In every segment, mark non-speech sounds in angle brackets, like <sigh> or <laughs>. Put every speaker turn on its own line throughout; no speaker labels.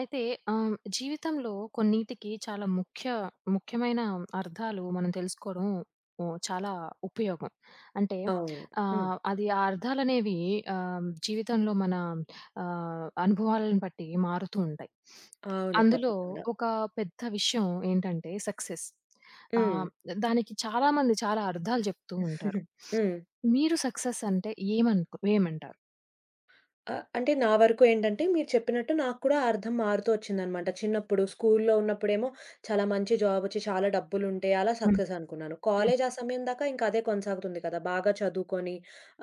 అయితే జీవితంలో కొన్నిటికి చాలా ముఖ్యమైన అర్థాలు మనం తెలుసుకోవడం చాలా ఉపయోగం. అంటే
అవును. హ్మ్.
అది ఆ అర్థాలనేవి జీవితంలో మన అనుభవాలను బట్టి మారుతూ ఉంటాయి.
అవును.
అందులో
తప్పకుండా.
ఒక పెద్ద విషయం ఏంటంటే సక్సెస్.
హ్మ్.
ఆహ్, దానికి చాలామంది చాలా అర్థాలు చెప్తూ ఉంటారు.
హ్మ్. <laughs>
మీరు సక్సెస్ అంటే ఏమంటారు?
ఆ! అంటే నా వరకు ఏంటంటే మీరు చెప్పినట్టు నాకు కూడా ఆ అర్థం మారుతూ వచ్చిందనమాట. చిన్నప్పుడు స్కూల్‌లో ఉన్నప్పుడేమో చాలా మంచి జాబొచ్చి చాలా డబ్బులుంటే అలా
హ్మ్.
సక్సెస్ అనుకున్నాను.
హ్మ్.
కాలేజ్ ఆ సమయం దాకా ఇంకా అదే కొనసాగుతుంది కదా! బాగా చదువుకొని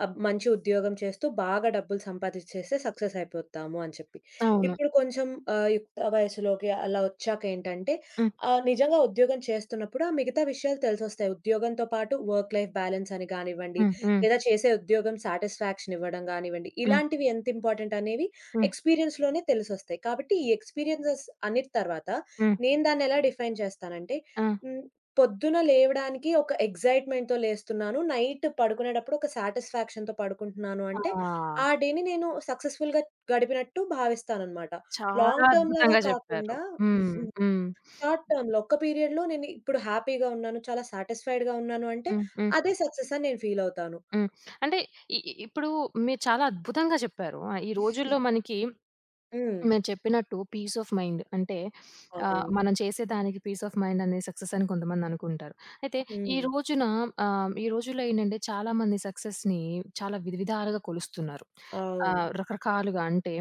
మంచి ఉద్యోగం చేస్తూ బాగా డబ్బులు సంపాదిచ్చేస్తే సక్సెస్ అయిపోతాము అని చెప్పి.
అవును.
ఇప్పుడు కొంచెం యుక్త వయసులోకి అలా వచ్చాకేంటంటే
హ్మ్.
నిజంగా ఉద్యోగం చేస్తున్నప్పుడు ఆ మిగతా విషయాలు తెలిసొస్తాయి. ఉద్యోగంతో పాటు వర్క్ లైఫ్ బ్యాలెన్స్ అని గానివ్వండి,
హ్మ్. హ్మ్.
లేదా చేసే ఉద్యోగం సాటిస్ఫాక్షన్ ఇవ్వడం గానివ్వండి,
హ్మ్.
ఇలాంటివి ఎంత ఇంపార్టెంట్ అనేవి
హ్మ్.
ఎక్స్‌పీరియన్స్‌లోనే తెలిసొస్తాయి. కాబట్టి ఈ ఎక్స్‌పీరియన్సెస్ అన్నిటి తర్వాత
హ్మ్.
నేను దాన్నెలా డిఫైన్ చేస్తానంటే,
ఆ!
హ్మ్, పొద్దున లేవడానికి ఒక ఎక్సైట్‌మెంట్‌తో లేస్తున్నాను. నైట్ పడుకునేటప్పుడు ఒక సాటిస్ఫాక్షన్‌తో పడుకుంటున్నాను అంటే,
ఆ!
ఆ డేని నేను సక్సెస్‌ఫుల్‌గా గడిపినట్టు భావిస్తాననమాట.
చాలా
లాంగ్ టర్మ్‌లాగా
అద్భుతంగా చెప్పారు.
కాకుండా
హ్మ్. హ్మ్.
షార్ట్ టర్మ్‌లో ఒక్క పీరియడ్‌లో నేను ఇప్పుడు హ్యాపీగా ఉన్నాను, చాలా సాటిస్ఫైడ్‌గా ఉన్నాను అంటే,
హ్మ్. హ్మ్.
అదే సక్సెస్ అని నేను ఫీల్ అవుతాను.
హ్మ్. అంటే ఇ ఇప్పుడు మీరు చాలా అద్భుతంగా చెప్పారు. ఆహ్, ఈ రోజుల్లో మనకి
హ్మ్.
మీరు చెప్పినట్టు పీస్ ఆఫ్ మైండ్ అంటే
అవును.
మనం చేసేదానికి పీస్ ఆఫ్ మైండ్ అనేది సక్సెస్ అని కొంతమంది అనుకుంటారు. అయితే ఈ
హ్మ్.
రోజున ఈ రోజుల్లో ఏంటంటే చాలామంది సక్సెస్‌ని చాలా విధాలుగా కొలుస్తున్నారు.
అవును.
రకరకాలుగా అంటే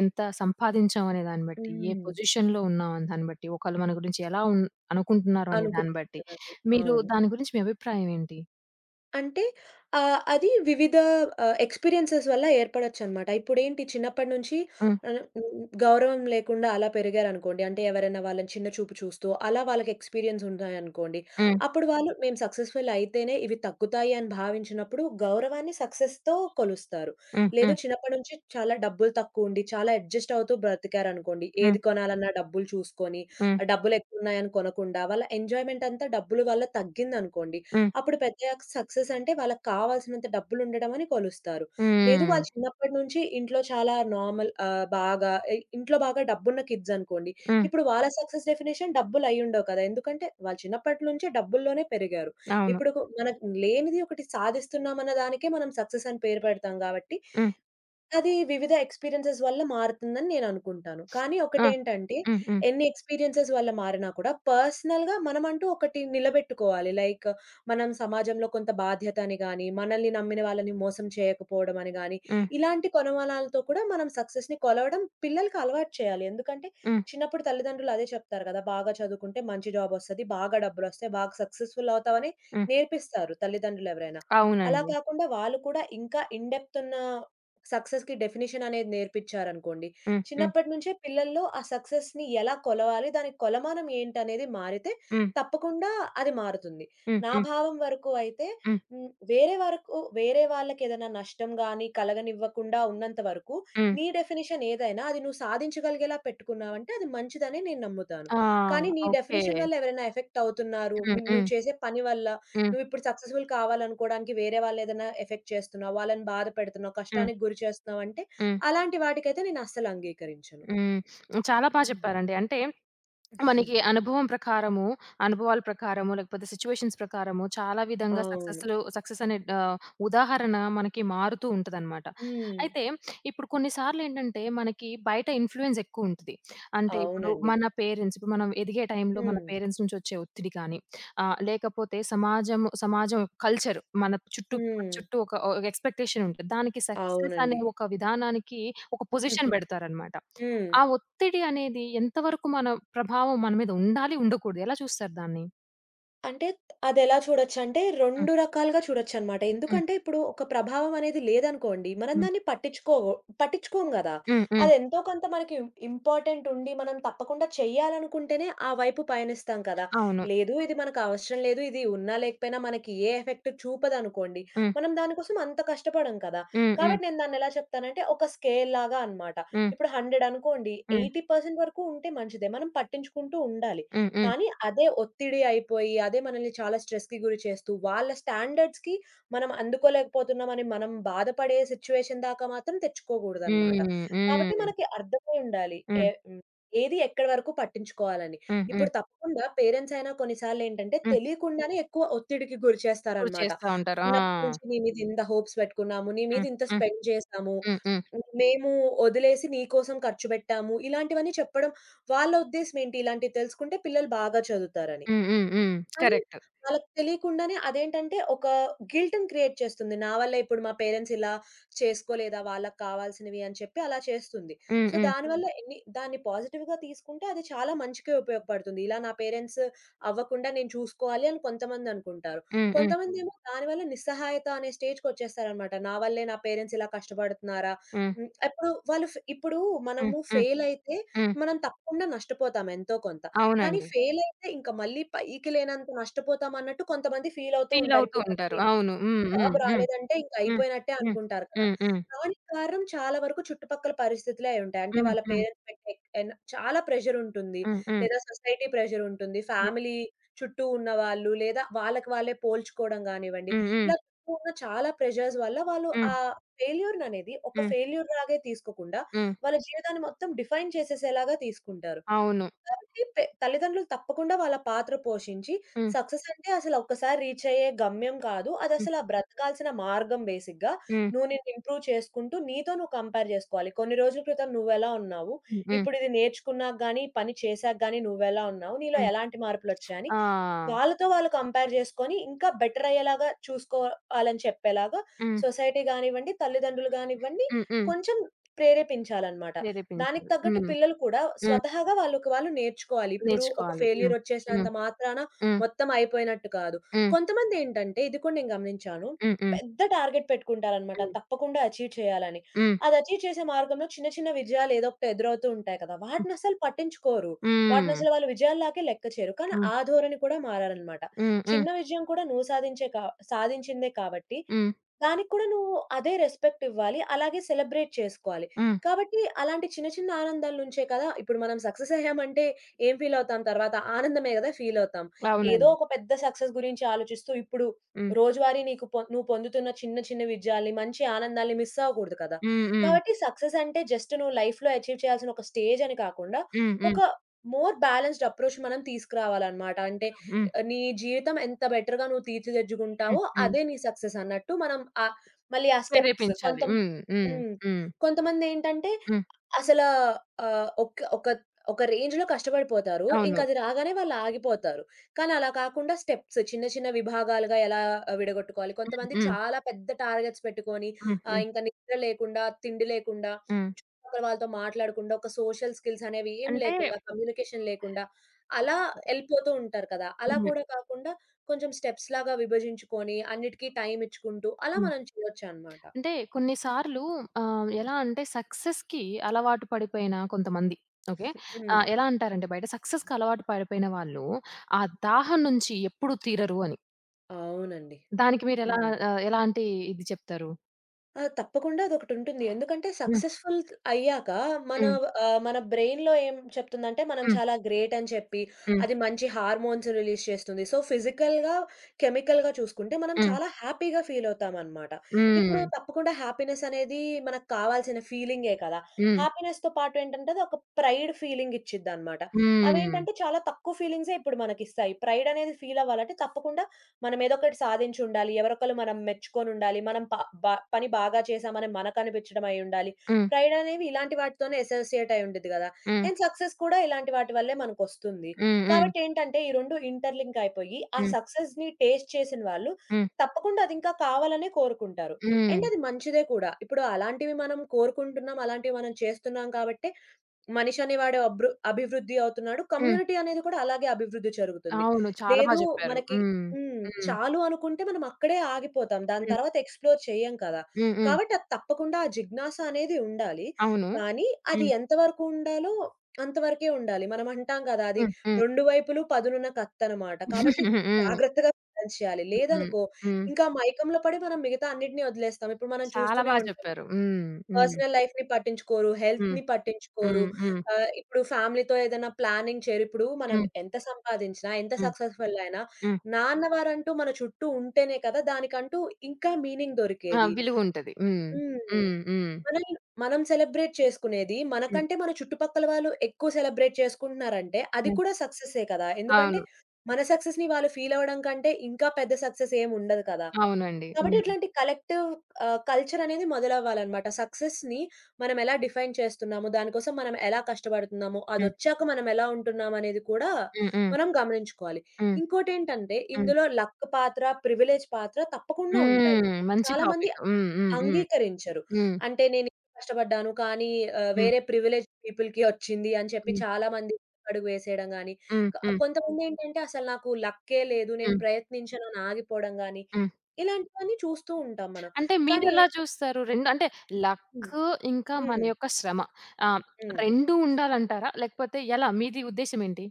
ఎంత సంపాదించాం అనే దాన్ని బట్టి, ఏ
హ్మ్.
పొజిషన్‌లో ఉన్నాం అనే దాన్ని బట్టి, ఒకళ్ళు మన గురించి ఎలా ఉన్ అనుకుంటున్నారు అనే దాన్ని బట్టి.
అనుకుంటున్నారు అది.
మీరు
అవును.
దాని గురించి మీ అభిప్రాయం ఏంటి?
అంటే అది వివిధ ఎక్స్‌పీరియన్సెస్ వల్ల ఏర్పడొచ్చనమాట. ఇప్పుడేంటి చిన్నప్పటి నుంచి
హ్మ్.
ఆహ్, గౌరవం లేకుండా అలా పెరిగారనుకోండి. అంటే ఎవరైనా వాళ్ళని చిన్న చూపు చూస్తూ అలా వాళ్ళకి ఎక్స్‌పీరియన్స్ ఉన్నాయనుకోండి.
హ్మ్.
అప్పుడు వాళ్ళు మేము సక్సెస్‌ఫుల్ అయితేనే ఇవి తగ్గుతాయి అని భావించినప్పుడు గౌరవాన్ని సక్సెస్‌తో కొలుస్తారు.
హ్మ్.
లేదు
హ్మ్.
చిన్నప్పటి నుంచి చాలా డబ్బులు తక్కువుండి, చాలా అడ్జస్ట్ అవుతూ బ్రతికారనుకోండి.
హ్మ్.
ఏది కొనాలన్నా డబ్బులు చూసుకొని,
హ్మ్.
డబ్బులు ఎక్కువున్నాయని కొనకుండా వాళ్ళ ఎంజాయ్‌మెంట్ అంతా డబ్బులు వల్ల తగ్గిందనుకోండి.
హ్మ్.
అప్పుడు పెద్దయ్యాక సక్సెస్ అంటే వాళ్ళకి కావాల్సినంత డబ్బులుండడం అని కొలుస్తారు. లేదు
హ్మ్.
వాళ్ళు చిన్నప్పటి నుంచి ఇంట్లో చాలా నార్మల్ బాగా ఇంట్లో బాగా డబ్బున్న కిడ్స్ అనుకోండి.
హ్మ్.
ఇప్పుడు వాళ్ళ సక్సెస్ డెఫినిషన్ డబ్బులయ్యుండవు కదా! ఎందుకంటే వాళ్ళు చిన్నప్పటి నుంచే డబ్బుల్లోనే పెరిగారు.
అవును.
ఇప్పుడు ఒక- మనకు లేనిది ఒకటి సాధిస్తున్నామన్న దానికే మనం సక్సెస్ అని పేరు పెడతాం గాబట్టి,
హ్మ్.
అది వివిధ ఎక్స్‌పీరియన్సెస్ వల్ల మారుతుందని నేననుకుంటాను. కానీ
ఆ!
ఒకటేంటంటే,
హ్మ్. హ్మ్.
ఎన్ని ఎక్స్‌పీరియన్సెస్ వల్ల మారినా కూడా పర్సనల్‌గా మనమంటూ ఒకటి నిలబెట్టుకోవాలి. లైక్ మనం సమాజంలో కొంత బాధ్యత అని గాని, మనల్ని నమ్మిన వాళ్ళని మోసం చేయకపోవడం అని గాని,
హ్మ్.
ఇలాంటి కొలమానాలతో కూడా మనం సక్సెస్‌ని కొలవడం పిల్లలకి అలవాటు చేయాలి. ఎందుకంటే,
హ్మ్.
చిన్నప్పుడు తల్లిదండ్రులు అదే చెప్తారు కదా! బాగా చదువుకుంటే మంచి జాబొస్తది, బాగా డబ్బులొస్తాయి, బాగా సక్సెస్‌ఫుల్ అవుతావని
హ్మ్.
నేర్పిస్తారు తల్లిదండ్రులెవరైనా. అలా
అవునండి.
కాకుండా వాళ్ళు కూడా ఇంకా ఇన్ డెప్త్ ఉన్న సక్సెస్‌కి డెఫినిషన్ అనేది నేర్పిచ్చారనుకోండి.
హ్మ్. హ్మ్.
చిన్నప్పటి నుంచే పిల్లల్లో ఆ సక్సెస్‌ని ఎలా కొలవాలి? దాని కొలమానం ఏంటనేది మారితే
హ్మ్.
తప్పకుండా అది మారుతుంది.
హ్మ్.
నా
హ్మ్.
భావం వరకు అయితే
హ్మ్.
వేరే వరకు వేరే వాళ్ళకేదైనా నష్టం గాని కలగనివ్వకుండా ఉన్నంత వరకు
హ్మ్.
నీ డెఫినిషన్ ఏదైనా అది నువ్వు సాధించగలిగేలా పెట్టుకున్నావంటే అది మంచిదనే నేను నమ్ముతాను.
ఆ!
కానీ నీ
ఓకే.
డెఫినిషన్ వల్ల ఎవరైనా ఎఫెక్ట్ అవుతున్నారు.
హ్మ్. హ్మ్.
నువ్వు చేసే పని వల్ల
హ్మ్.
నువ్విప్పుడు సక్సెస్‌ఫుల్ కావాలనుకోడానికి వేరే వాళ్ళనేదైనా ఎఫెక్ట్ చేస్తున్నావు, వాళ్ళని బాధ పెడుతున్నావు,
హ్మ్.
కష్టానికి గురి చేస్తున్నావంటే,
హ్మ్.
అలాంటి వాటికైతే నేనస్సలు అంగీకరించను.
హ్మ్. చాలా బా
హ్మ్.
చెప్పారండి. అంటే
హ్మ్.
మనకి అనుభవం ప్రకారము, అనుభవాల ప్రకారము లేకపోతే సిట్యుయేషన్స్ ప్రకారము చాలా విధంగా
అవును.
సక్సెస్ అనే ఉదాహరణ మనకి మారుతూ ఉంటదనమాట.
హ్మ్.
అయితే ఇప్పుడు కొన్ని సార్లేంటంటే మనకి బయట ఇన్‌ఫ్లూయెన్స్ ఎక్కువుంటది. అంటే
అవునండి.
ఇప్పుడు మనం ఎదిగే టైంలో మన
హ్మ్.
పేరెంట్స్ నుంచి వచ్చే ఒత్తిడి కానీ, లేకపోతే సమాజం సమాజం కల్చర్ మన
హ్మ్.
చుట్టూ ఒక, ఒక ఎక్స్‌పెక్టేషన్ ఉంటది. దానికి సక్సెస్ అనే
అవునండి.
ఒక విధానానికి ఒక పొజిషన్
హుహు.
పెడతారనమాట.
హ్మ్.
ఆ ఒత్తిడి అనేది ఎంతవరకు మన ప్రభావం మన మీద ఉండాలి, ఉండకూడదు ఎలా చూస్తారు దాన్ని?
అంటే అదెలా చూడొచ్చంటే
హ్మ్.
2 రకాలుగా చూడొచ్చనమాట.
హ్మ్.
ఎందుకంటే ఇప్పుడు ఒక ప్రభావం అనేది లేదనుకోండి, మనం
హ్మ్.
దాన్ని పట్టించుకోము గదా!
హ్మ్. హ్మ్.
అదెంతో కొంత మనకి ఇంపార్టెంట్ ఉండి మనం తప్పకుండా చెయ్యాలనుకుంటేనే ఆ వైపు పయనిస్తాం కదా!
అవును.
లేదు ఇది మనకవసరం లేదు, ఇది ఉన్నా లేకపోయినా మనకి ఏ ఎఫెక్ట్ చూపదనుకోండి,
హ్మ్.
మనం దానికోసం అంత కష్టపడం కదా!
హ్మ్. హ్మ్.
కాబట్టి నేను దాన్నెలా చెప్తానంటే ఒక స్కేల్ లాగా అనమాట.
హ్మ్.
ఇప్పుడు 100 అనుకోండి,
హ్మ్.
80% వరకు ఉంటే మంచిదే. మనం పట్టించుకుంటూ ఉండాలి.
హ్మ్. హ్మ్.
కానీ అదే ఒత్తిడి అయిపోయి, అదే మనల్ని చాలా స్ట్రెస్‌కి గురి చేస్తూ, వాళ్ళ స్టాండర్డ్స్‌కి మనం అందుకోలేకపోతున్నామని మనం బాధపడే సిట్యుయేషన్ దాకా మాత్రం తెచ్చుకోకూడదనమాట.
హ్మ్.
కాబట్టి
హ్మ్.
మనకి అర్థమై ఉండాలి.
హ్మ్.
ఏ హ్మ్. ఏది ఎక్కడి వరకు పట్టించుకోవాలని.
హ్మ్. హ్మ్.
ఇప్పుడు తప్పకుండా పేరెంట్స్ అయినా కొన్నిసార్లేంటంటే
హ్మ్.
తెలియకుండానే ఎక్కువ ఒత్తిడికి గురి
గురి
చేస్తారనమాట.
చేస్తా ఉంటారు. ఆ!
చిన్నప్పటి నుంచి నీ మీద ఇంత హోప్స్ పెట్టుకున్నాము, నీ మీద
హ్మ్.
ఇంత
హ్మ్.
స్పెండ్ చేశాము,
హ్మ్. హ్మ్.
మేము వదిలేసి నీ కోసం ఖర్చు పెట్టాము, ఇలాంటివన్నీ చెప్పడం వాళ్ళ ఉద్దేశ్యం ఏంటి? ఇలాంటివి తెలుసుకుంటే పిల్లలు బాగా చదువుతారని.
హ్మ్. హ్మ్. హ్మ్.
కానీ
కరెక్ట్.
వాళ్ళకి తెలియకుండానే అదేంటంటే ఒక గిల్ట్‌ని క్రియేట్ చేస్తుంది. నా వల్ల ఇప్పుడు మా పేరెంట్స్ ఇలా చేసుకోలేదా వాళ్ళకి కావాల్సినవి అని చెప్పి అలా చేస్తుంది.
హ్మ్.
సో,
హ్మ్.
దానివల్ల ఎన్ని దాన్ని పాజిటివ్‌గా తీసుకుంటే అది చాలా మంచికే ఉపయోగపడుతుంది. ఇలా నా పేరెంట్స్ అవ్వకుండా నేను చూసుకోవాలి అని కొంతమందనుకుంటారు.
హ్మ్. హ్మ్.
కొంతమందేమో దానివల్ల నిస్సహాయత అనే స్టేజ్‌కొచ్చేస్తారనమాట. నా వల్లే నా పేరెంట్స్ ఇలా కష్టపడుతున్నారా?
హ్మ్.
ఎప్పుడు వాళ్ళు ఇప్పుడు
హ్మ్.
మనము
హ్మ్.
ఫెయిల్ అయితే
హ్మ్.
మనం తప్పకుండా నష్టపోతాం ఎంతో కొంత. కానీ
అవునండి.
ఫెయిలయితే ఇంక మళ్ళీ పైకి లేనంత నష్టపోతామన్నట్టు కొంతమంది ఫీలవుతూ
ఫీల్
ఉంటారు.
అవుతూ
ఇప్పుడు
ఉంటారు.
మనకి
అవును. హ్మ్.
జాబ్
హ్మ్. హ్మ్.
రాలేదంటే ఇంక
హ్మ్.
అయిపోయినట్టే
హ్మ్.
అనుకుంటారు కదా!
హ్మ్. హ్మ్.
దానికి కారణం చాలా వరకు చుట్టుపక్కల పరిస్థితులే అయ్యుంటాయి. అంటే
హ్మ్.
వాళ్ళ
హ్మ్.
పేరెంట్స్ పెట్టే చాలా ప్రెషరుంటుంది.
హ్మ్. హ్మ్.
లేదా సొసైటీ ప్రెషరుంటుంది.
హ్మ్.
ఫ్యామిలీ చుట్టూ ఉన్నవాళ్ళు, లేదా వాళ్ళకి వాళ్ళే పోల్చుకోవడం గానివ్వండి.
హ్మ్. హ్మ్.
ఇలా చుట్టూ ఉన్న చాలా ప్రెషర్స్ వల్ల వాళ్ళు
హ్మ్. హ్మ్.
ఆ ఫెయిల్యూర్‌ననేది ఒక
హ్మ్.
ఫెయిల్యూర్ లాగే తీసుకోకుండా,
హ్మ్.
వాళ్ళ జీవితాన్ని మొత్తం డిఫైన్ చేసేసేలాగా తీసుకుంటారు.
అవును.
కాబట్టి తల్లిదండ్రులు తప్పకుండా వాళ్ళ పాత్ర పోషించి,
హ్మ్.
సక్సెస్ అంటే అసలు ఒక్కసారి రీచ్ అయ్యే గమ్యం కాదు.
హ్మ్.
అదసల బ్రతకాల్సిన మార్గం బేసిక్‌గా.
హ్మ్.
నువ్వు నిన్ను ఇంప్రూవ్ చేసుకుంటూ నీతో నువ్వు కంపేర్ చేసుకోవాలి. కొన్ని రోజుల క్రితం నువ్వెలా ఉన్నావు?
హ్మ్. హ్మ్.
ఇప్పుడు ఇది నేర్చుకున్నాక గాని, ఈ పని చేశాక గాని నువ్వెలా ఉన్నావు? నీలో
హ్మ్.
ఎలాంటి మార్పులొచ్చాయని
ఆ!
వాళ్ళతో వాళ్ళు కంపేర్ జేసుకొని, ఇంకా బెటరయ్యేలాగా చూసుకోవాలని చెప్పేలాగా
హ్మ్.
సొసైటీ గానివ్వండి, తల్లిదండ్రులు గానివ్వండి,
హ్మ్. హ్మ్.
కొంచెం ప్రేరేపించాలనమాట. దానికి
ప్రేరేపించాలి.
తగ్గట్టు
హ్మ్.
పిల్లలు కూడా
హ్మ్.
స్వతహాగా వాళ్ళకి వాళ్ళు నేర్చుకోవాలి. ఇప్పుడు ఒక
నేర్చుకోవాలి. హ్మ్.
ఫెయిల్యూరొచ్చేసినంత
హ్మ్.
మాత్రాన
హ్మ్.
మొత్తం అయిపోయినట్టు కాదు.
హ్మ్.
కొంతమందేంటంటే, ఇది కూడా నేను గమనించాను.
హ్మ్.
పెద్ద టార్గెట్ పెట్టుకుంటారనమాట.
హ్మ్.
తప్పకుండా అచీవ్ చేయాలని.
హ్మ్.
అది అచీవ్ చేసే మార్గంలో చిన్న, చిన్న విజయాలు ఏదో ఒకటి ఎదురవుతూ ఉంటాయి కదా! వాటినసలు పట్టించుకోరు.
హ్మ్.
వాటినసలు వాళ్ళు విజయాల్లాగే లెక్క చేయరు. కానీ
హ్మ్.
ఆ ధోరణి కూడా మారాలనమాట.
హ్మ్. హ్మ్.
చిన్న
హ్మ్.
విజయం కూడా నువ్వు సాధించే కా సాధించిందే కాబట్టి,
హ్మ్.
దానికి కూడా నువ్వు అదే రెస్పెక్ట్ ఇవ్వాలి. అలాగే సెలబ్రేట్ చేసుకోవాలి.
హ్మ్.
కాబట్టి అలాంటి చిన్న చిన్న ఆనందాల నుంచే కదా ఇప్పుడు మనం సక్సెస్ అయ్యామంటే ఏం ఫీల్ అవుతాం తర్వాత? ఆనందమే కదా ఫీల్ అవుతాం. ఏదో
అవునండి.
ఒక పెద్ద సక్సెస్ గురించి ఆలోచిస్తూ ఇప్పుడు
హ్మ్.
రోజువారీ నీకు నువ్వు పొందుతున్న చిన్న చిన్న విజయాల్ని, మంచి ఆనందాల్ని మిస్ అవ్వకూడదు కదా!
హ్మ్. హ్మ్.
కాబట్టి సక్సెస్ అంటే జస్ట్ నువ్వు లైఫ్‌లో అచీవ్ చేయాల్సిన ఒక స్టేజ్ అని కాకుండా
హ్మ్. హ్మ్.
ఒక మోర్ బ్యాలెన్స్‌డ్ అప్రోచ్ మనం తీసుకురావాలనమాట. అంటే
హ్మ్.
నీ జీవితం ఎంత బెటర్‌గా నువ్వు
హ్మ్.
తీర్చిదిద్దుకుంటావో
హ్మ్.
అదే నీ సక్సెస్ అన్నట్టు మనం మళ్ళీ ఆ స్టెప్స్
ప్రేరేపించాలి.
కొంతం
హ్మ్. హ్మ్.
హ్మ్.
హ్మ్.
కొంతమందేంటంటే
హ్మ్.
అసల ఒక ఒక ఒక రేంజ్‌లో కష్టపడిపోతారు. ఇంక
అవును.
అది రాగానే వాళ్ళు ఆగిపోతారు. కానీ అలా కాకుండా స్టెప్స్ చిన్న చిన్న విభాగాలుగా ఎలా విడగొట్టుకోవాలి.
హ్మ్.
కొంతమంది
హ్మ్.
చాలా పెద్ద టార్గెట్స్ పెట్టుకొని
హ్మ్. హ్మ్.
ఇంక నిద్ర లేకుండా, తిండి లేకుండా
హ్మ్.
ఒకరు వాళ్ళతో మాట్లాడకుండా, ఒక సోషల్ స్కిల్స్ అనేవి ఏం
అంటే
లేకుండా, కమ్యూనికేషన్ లేకుండా అలా ఎళ్ళిపోతూ ఉంటారు కదా! అలా
హ్మ్.
కూడా కాకుండా కొంచెం స్టెప్స్ లాగా విభజించుకొని, అన్నిటికి టైమ్ ఇచ్చుకుంటూ అలా
హ్మ్.
మనం చేయొచ్చనమాట.
అంటే కొన్నిసార్లు ఎలా అంటే సక్సెస్‌కి అలవాటు పడిపోయిన కొంతమంది ఓకే.
హ్మ్.
ఎలా అంటారంటే బయట సక్సెస్‌కి అలవాటు పడిపోయిన వాళ్ళు ఆ దాహం నుంచి ఎప్పుడు తీరరు అని.
అవునండి.
దానికి మీరెలా
హ్మ్.
ఎలాంటి ఇది చెప్తారు?
ఆ! తప్పకుండా అదొకటుంటుంది. ఎందుకంటే
హ్మ్.
సక్సెస్‌ఫుల్ అయ్యాక మన
హ్మ్.
మన బ్రెయిన్‌లో ఏం చెప్తుందంటే మనం
హ్మ్.
చాలా గ్రేట్ అని చెప్పి,
హ్మ్.
అది మంచి హార్మోన్స్ రిలీజ్ చేస్తుంది. సో, ఫిజికల్‌గా, కెమికల్‌గా చూసుకుంటే మనం
హ్మ్.
చాలా హ్యాపీగా ఫీల్ అవుతామనమాట.
హ్మ్.
ఇప్పుడు తప్పకుండా హ్యాపీనెస్ అనేది మనకు కావాల్సిన ఫీలింగే కదా!
హ్మ్.
హ్యాపీనెస్‌తో పాటు ఏంటంటే అది ఒక ప్రైడ్ ఫీలింగ్ ఇచ్చిద్దనమాట. అవేంటంటే చాలా తక్కువ ఫీలింగ్సే ఇప్పుడు మనకిస్తాయి. ప్రైడ్ అనేది ఫీల్ అవ్వాలంటే తప్పకుండా మనం ఏదో ఒకటి సాధించి ఉండాలి. ఎవరొకళ్ళు మనం మెచ్చుకొని ఉండాలి. మనం ప బ పని బాగా చేశామని మనకనిపించడం అయి ఉండాలి.
హ్మ్.
ప్రైడ్ అనేవి ఇలాంటి వాటితోనే అసోసియేట్ అయి ఉండిద్ది గదా!
హ్మ్.
అండ్ సక్సెస్ కూడా ఇలాంటి వాటి వల్లే మనకొస్తుంది.
హ్మ్. హ్మ్. హ్మ్.
కాబట్టి ఏంటంటే ఈ 2 ఇంటర్‌లింక్ అయిపోయి ఆ
హ్మ్.
సక్సెస్‌ని టేస్ట్ చేసిన వాళ్ళు
హ్మ్.
తప్పకుండా అది ఇంకా కావాలనే కోరుకుంటారు.
హ్మ్.
అండ్ అది మంచిదే కూడా. ఇప్పుడు అలాంటివి మనం కోరుకుంటున్నాం. అలాంటివి మనం చేస్తున్నాం కాబట్టే మనిషి అనేవాడు అభివృద్ధి అవుతున్నాడు.
హ్మ్.
కమ్యూనిటీ అనేది కూడా అలాగే అభివృద్ధి జరుగుతుంది.
అవును. చాలా బా
లేదు
జెప్పారు.
మనకి
హ్మ్. హ్మ్.
చాలు అనుకుంటే మనం అక్కడే ఆగిపోతాం. దాని
హ్మ్.
తర్వాత ఎక్స్‌ప్లోర్ చేయం కదా!
హ్మ్. హ్మ్.
కాబట్టి అది తప్పకుండా ఆ జిజ్ఞాస అనేది ఉండాలి.
అవును.
కానీ అది
హ్మ్.
ఎంతవరకు ఉండాలో అంతవరకే ఉండాలి. మనం అంటాం కదా! అది
హ్మ్. హ్మ్.
రెండు వైపులు పదునున్న కత్తనమాట. కాబట్టి
<laughs> హ్మ్.
జాగ్రత్తగా బ్యాలెన్స్ చేయాలి.
హ్మ్.
లేదనుకో
హ్మ్.
ఇంకా
<laughs>
మైకంలో పడి మనం మిగతా అన్నిటిని వదిలేస్తాం. ఇప్పుడు మనం
చాలా
చూస్తూనే
బా
ఉంటాం.
జెప్పారు. హ్మ్. హ్మ్.
పర్సనల్ లైఫ్‌ని పట్టించుకోరు.
హ్మ్.
హెల్త్‌ని పట్టించుకోరు.
హ్మ్. హ్మ్.
ఇప్పుడు ఫ్యామిలీతో ఏదైనా ప్లానింగ్ చేయరు. ఇప్పుడు మనం
హ్మ్.
ఎంత సంపాదించినా, ఎంత
హ్మ్.
సక్సెస్‌ఫుల్ అయినా
హ్మ్.
నాన్నవారంటూ మన చుట్టూ ఉంటేనే కదా! దానికంటూ ఇంకా మీనింగ్
ఆ!
దొరికేది.
విలువుంటది. హ్మ్.
హ్మ్.
హ్మ్. హ్మ్.
మనల్ని మనం సెలబ్రేట్ చేసుకునేది
హ్మ్.
మనకంటే మన చుట్టుపక్కల వాళ్ళు ఎక్కువ సెలబ్రేట్ చేసుకుంటున్నారంటే అది
హ్మ్.
కూడా సక్సె‌సే కదా! ఎందుకంటే
అవును.
మన సక్సెస్‌ని వాళ్ళు ఫీల్ అవ్వడం కంటే ఇంకా పెద్ద సక్సెస్ ఏమి ఉండదు కదా!
అవునండి.
కాబట్టి
హ్మ్.
ఇట్లాంటి కలెక్టివ్ కల్చర్ అనేది మొదలవ్వాలనమాట. సక్సెస్‌ని మనం ఎలా డిఫైన్ చేస్తున్నాము, దానికోసం మనం ఎలా కష్టపడుతున్నాము,
హ్మ్.
అదొచ్చాక మనం ఎలా ఉంటున్నామనేది కూడా
హ్మ్. హ్మ్.
మనం గమనించుకోవాలి.
హ్మ్.
ఇంకోటేంటంటే
హ్మ్.
ఇందులో లక్ పాత్ర, ప్రివిలేజ్ పాత్ర తప్పకుండా ఉంటాయి.
హ్మ్. మంచి
చాలామంది
టాపిక్. హ్మ్. హ్మ్. హ్మ్.
అంగీకరించరు.
హ్మ్.
అంటే నేను ఇంత కష్టపడ్డాను కానీ
హ్మ్.
వేరే ప్రివిలేజ్డ్ పీపుల్‌కి వచ్చింది అని చెప్పి
హ్మ్.
చాలామంది అడుగు వేసేయడం గాని,
హ్మ్. హ్మ్.
కొంతమందేంటంటే అసలు నాకు లక్కే లేదు, నేను
హ్మ్.
ప్రయత్నించను అని ఆగిపోవడం గాని,
హ్మ్.
ఇలాంటివన్నీ చూస్తూ ఉంటాం మనం.
అంటే
కానీ
మీరెలా జూస్తారు? 2 అంటే లక్
హ్మ్.
ఇంకా మన
హ్మ్.
యొక్క శ్రమ. ఆహ్,
హ్మ్.
2 ఉండాలంటారా? లేకపోతే ఎలా? మీది ఉద్దేశ్యం ఏంటి?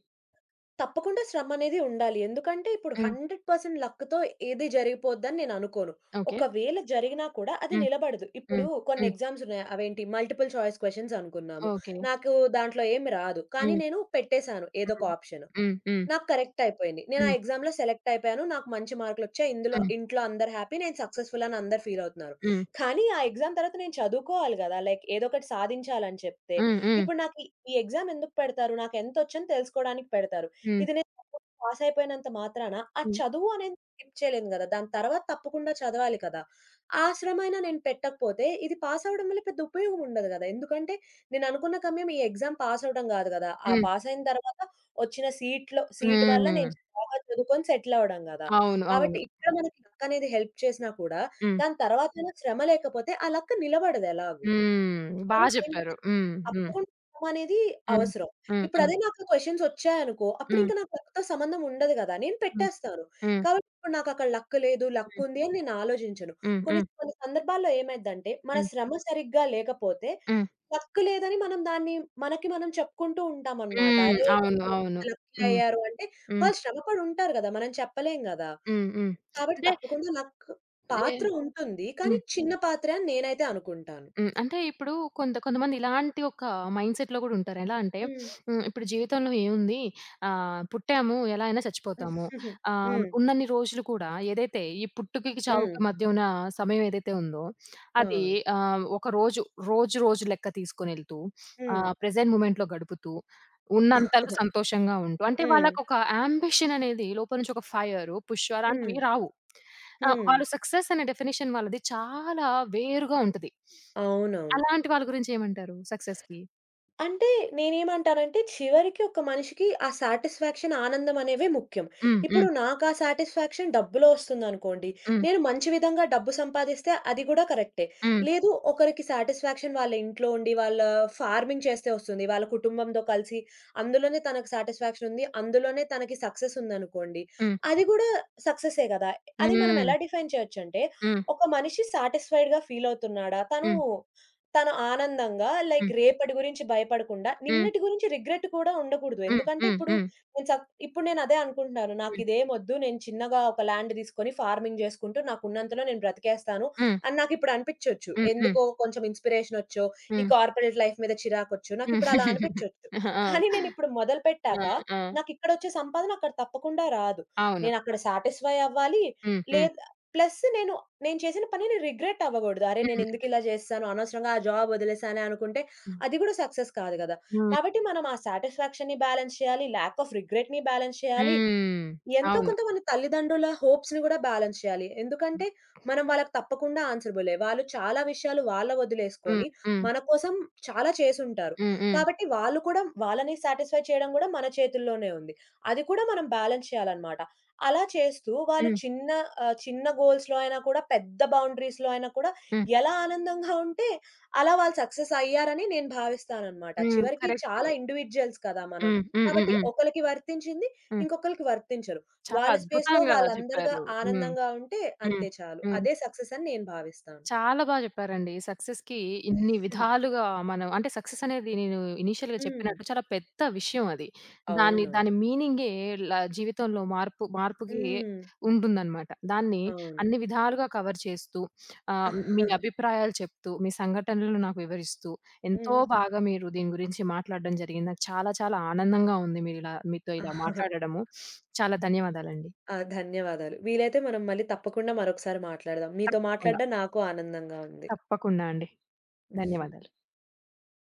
తప్పకుండా శ్రమనేది ఉండాలి. ఎందుకంటే ఇప్పుడు
హ్మ్.
100% లక్‌తో ఏది జరిగిపోద్దని నేను అనుకోను.
ఓకే.
ఒకవేళ జరిగినా కూడా అది
హ్మ్.
నిలబడదు. ఇప్పుడు
హ్మ్.
కొన్ని
హ్మ్.
ఎగ్జామ్స్ ఉన్నాయి. అవేంటి మల్టిపుల్ చాయిస్ క్వెషన్స్ అనుకున్నాము.
ఓకే.
నాకు దాంట్లో ఏమి రాదు. కానీ
హ్మ్.
నేను పెట్టేసాను ఏదో ఒక ఆప్షన్.
హ్మ్.
నాకు కరెక్ట్ అయిపోయింది. నేను ఆ
హ్మ్.
ఎగ్జామ్‌లో సెలెక్ట్ అయిపోయాను. నాకు మంచి మార్కులొచ్చాయి. ఇందులో
హ్మ్.
ఇంట్లో అందరూ హ్యాపీ. నేను సక్సెస్‌ఫుల్ అని అందరూ ఫీల్ అవుతున్నారు.
హ్మ్.
కానీ ఆ ఎగ్జామ్ తర్వాత నేను చదువుకోవాలి గదా! లైక్ ఏదో ఒకటి సాధించాలని చెప్తే,
హ్మ్. హ్మ్.
ఇప్పుడు నాకు ఈ ఈ ఎగ్జామ్ ఎందుకు పెడతారు? నాకు ఎంతొచ్చని తెలుసుకోవడానికి పెడతారు.
హ్మ్.
ఇది నేను పాస్ అయిపోయినంత మాత్రాన ఆ
హ్మ్.
చదువు అనేది స్కిప్ చేయలేను గదా! దాని తర్వాత తప్పకుండా చదవాలి కదా! ఆ శ్రమైనా నేను పెట్టకపోతే ఇది పాస్ అవ్వడం వల్ల పెద్ద ఉపయోగం ఉండదు గదా! ఎందుకంటే నేను అనుకున్న గమ్యం ఈ ఎగ్జామ్ పాస్ అవ్వడం గాదు గదా! ఆ
హ్మ్.
పాస్ అయిన తర్వాత వచ్చిన సీట్ వల్ల
హ్మ్.
నేను బాగా చదువుకొని సెటిల్ అవ్వడం గదా!
అవును.
కాబట్టి
అవును.
ఇక్కడ మనకి లక్ అనేది హెల్ప్ చేసినా కూడా
హ్మ్.
దాని తర్వాతైనా శ్రమ లేకపోతే ఆ లక్ నిలబడదు ఎలాగూ.
హ్మ్. బా
కాబట్టి
జెప్పారు.
ఏంటంటే
హ్మ్. హ్మ్.
తప్పకుండా సమయం అనేది
హ్మ్.
అవసరం.
హ్మ్.
ఇప్పుడు
హ్మ్.
అదే నాకు క్వెషన్స్ వచ్చాయనుకో,
హ్మ్.
అప్పుడింకా నాకు లక్‌తో సంబంధం ఉండదు గదా! నేను
హ్మ్.
పెట్టేస్తాను.
హ్మ్.
కాబట్టి ఇప్పుడు నాకక్కడ లక్ లేదు, లక్
హ్మ్.
ఉంది అని నేను ఆలోచించను.
హ్మ్.
కొన్ని
హ్మ్.
కొన్ని సందర్భాల్లో ఏమైద్దంటే, మన
హ్మ్.
శ్రమ సరిగ్గా లేకపోతే
హ్మ్.
లక్ లేదని మనం దాన్ని మనకి మనం చెప్పుకుంటూ ఉంటామనమాట.
హ్మ్.
అరే!
అవును.
కొంతమంది
అవును.
ఇంత లక్కీ
హ్మ్.
అయ్యారు అంటే,
హ్మ్.
వాళ్ళు శ్రమ పడి ఉంటారు గదా! మనం చెప్పలేం గదా!
హ్మ్. హ్మ్.
కాబట్టి
అంటే
తప్పకుండా లక్
ఏ
పాత్ర ఉంటుంది. కానీ చిన్న పాత్రే అని నేనైతే అనుకుంటాను.
హ్మ్. అంటే ఇప్పుడు కొంతమంది ఇలాంటి ఒక మైండ్‌సెట్‌లో గూడా ఉంటారు. ఎలా అంటే
హ్మ్.
హ్మ్, ఇప్పుడు జీవితంలో ఏముంది పుట్టాము ఎలా అయినా చచ్చిపోతాము.
హ్మ్. హ్మ్.
ఉన్నన్ని రోజులు కూడా ఏదైతే ఈ పుట్టుకకి, చావుకి
<laughs>
మధ్య ఉన్న సమయం ఏదైతే ఉందో అది
అవును.
ఆహ్, ఒక రోజు, రోజు రోజు లెక్క తీసుకొనెళ్తూ
హ్మ్.
ప్రెజెంట్ మూమెంట్‌లో గడుపుతూ ఉన్నంతలో
<laughs>
సంతోషంగా ఉంటూ అంటే
హ్మ్.
వాళ్ళకొక యాంబిషన్ అనేది లోపల నుంచి ఒక ఫైర్, పుష్
హ్మ్.
అలాంటివి రావు. ఆ!
హ్మ్. <laughs>
వాళ్ళు సక్సెస్ అనే డెఫినిషన్ వాళ్ళది చాలా వేరుగా ఉంటది.
అవునవును.
అలాంటి వాళ్ళ గురించేమంటారు సక్సెస్‌కి?
అంటే నేనేమంటానంటే, చివరికి ఒక మనిషికి ఆ సాటిస్ఫాక్షన్, ఆనందం అనేవే ముఖ్యం.
హ్మ్. హ్మ్.
ఇప్పుడు నాకు ఆ సాటిస్ఫాక్షన్ డబ్బులో ఒస్తుందనుకోండి,
హ్మ్.
నేను మంచి విధంగా డబ్బు సంపాదిస్తే అది గూడా కరెక్టే.
హ్మ్.
లేదు ఒకరికి సాటిస్ఫాక్షన్ వాళ్ళ ఇంట్లో ఉండి, వాళ్ళ ఫార్మింగ్ చేస్తే ఒస్తుంది. వాళ్ళ కుటుంబంతో కలిసి అందులోనే తనకు సాటిస్ఫాక్షన్ ఉంది. అందులోనే తనకి సక్సెస్ ఉందనుకోండి, అది గూడా సక్సెసే గదా! అది మనం
హ్మ్.
ఎలా డిఫైన్ చేయొచ్చంటే,
హ్మ్.
ఒక మనిషి సాటిస్ఫైడ్‌గా ఫీల్ అవుతున్నాడా? తను
హ్మ్.
తను ఆనందంగా లైక్
హ్మ్.
రేపటి గురించి భయపడకుండా,
హ్మ్.
నిన్నటి గురించి రిగ్రెట్ కూడా ఉండకూడదు.
హ్మ్.
ఎందుకంటే
హ్మ్.
ఇప్పుడు
హ్మ్.
నేను సక్ ఇప్పుడు నేను అదే అనుకుంటున్నాను.
హ్మ్.
నాకిదేమొద్దు. నేను చిన్నగా ఒక ల్యాండ్ తీసుకొని ఫార్మింగ్ చేసుకుంటూ నాకున్నంతలో నేను బ్రతికేస్తాను
హ్మ్.
అని నాకిప్పుడు అనిపిచ్చొచ్చు.
హ్మ్. హ్మ్. హ్మ్.
ఎందుకో కొంచెం ఇన్‌స్పిరేషనొచ్చో, ఈ
హ్మ్.
కార్పొరేట్ లైఫ్ మీద చిరాకొచ్చో, నాకిప్పుడు అలా
<laughs>
అనిపిచ్చొచ్చు.
ఆ!
కానీ నేనిప్పుడు
ఆ!
మొదలుపెట్టాక
ఆ!
నాకిక్కడొచ్చే సంపాదన అక్కడ తప్పకుండా రాదు.
అవును.
నేనక్కడ సాటిస్ఫై అవ్వాలి.
హ్మ్. హ్మ్.
లేదు ప్లస్ నేను చేసిన పనిని రిగ్రెట్ అవ్వగూడదు. అరే!
హ్మ్.
నేనెందుకిలా జేశాను, అనవసరంగా ఆ జాబ్ వదిలేసానే అనుకుంటే, అది గూడా సక్సెస్ కాదు గదా!
హ్మ్.
కాబట్టి మనం ఆ సాటిస్ఫాక్షన్‌ని బ్యాలెన్స్ చేయాలి, ల్యాక్ ఆఫ్ రిగ్రెట్‌ని బ్యాలెన్స్ చేయాలి.
హ్మ్.
ఎంతో
అవును.
కొంత మన తల్లిదండ్రుల హోప్స్‌ని గూడా బ్యాలెన్స్ చేయాలి. ఎందుకంటే, మనం వాళ్ళకి తప్పకుండా ఆన్సరబులే. వాళ్ళు చాలా విషయాలు వాళ్ళ వదిలేసుకొని,
హ్మ్. హ్మ్.
మన కోసం చాలా చేసుంటారు.
హ్మ్. హ్మ్.
కాబట్టి వాళ్ళు కూడా వాళ్ళని సాటిస్ఫై చేయడం గూడా మన చేతుల్లోనే ఉంది. అది కూడా మనం బ్యాలెన్స్ చేయాలనమాట. అలా చేస్తూ వాళ్ళు
హ్మ్.
చిన్న చిన్న గోల్స్‌లో అయినా కూడా, పెద్ద బౌండరీస్‌లో అయినా కూడా
హ్మ్.
ఎలా ఆనందంగా ఉంటే, అలా వాళ్ళు సక్సెస్ అయ్యారని నేను భావిస్తాననమాట.
హ్మ్.
చివరికి
కరెక్ట్.
చాలా ఇండివిడ్యుయల్స్ కదా మనం.
హ్మ్. హ్మ్. హ్మ్.
కాబట్టి
హ్మ్.
ఒకళ్ళకి వర్తించింది
హ్మ్.
ఇంకొకళ్ళకి వర్తించరు.
చాలా
వాళ్ళ స్పేస్‌లో
అద్భుతంగా
వాళ్ళందరుగా
చెప్పారు. హ్మ్.
ఆనందంగా ఉంటే
హ్మ్.
అంతే చాలు.
హ్మ్.
అదే సక్సెస్ అని నేను భావిస్తాను.
చాలా బాగా చెప్పారండి. సక్సెస్‌కి ఇన్ని
హ్మ్.
విధాలుగా మనం అంటే సక్సెస్ అనేది నేను ఇనీషియల్‌గా
హ్మ్.
చెప్పినట్టు చాలా పెద్ద విషయం అది.
అవునవును.
దాని మీనింగే ల జీవితంలో మార్పుకి
హ్మ్.
ఉంటుందనమాట. దాన్ని
అవును.
అన్ని విధాలుగా కవర్ చేస్తూ ఆహ్, మీ అభిప్రాయాలు చెప్తూ, మీ సంఘటనలు నాకు వివరిస్తూ ఎంతో
హ్మ్.
బాగా మీరు దీని గురించి మాట్లాడడం జరిగింది. నాకు చాలా చాలా ఆనందంగా ఉంది మీరిలా మీతో ఇలా మాట్లాడడము. చాలా ధన్యవాదాలండి.
ఆ! ధన్యవాదాలు. వీలైతే మనం మళ్ళీ తప్పకుండా మరొకసారి మాట్లాడదాం. మీతో
తప్పకుండా.
మాట్లాడడం నాకు ఆనందంగా ఉంది.
తప్పకుండా అండి. ధన్యవాదాలు.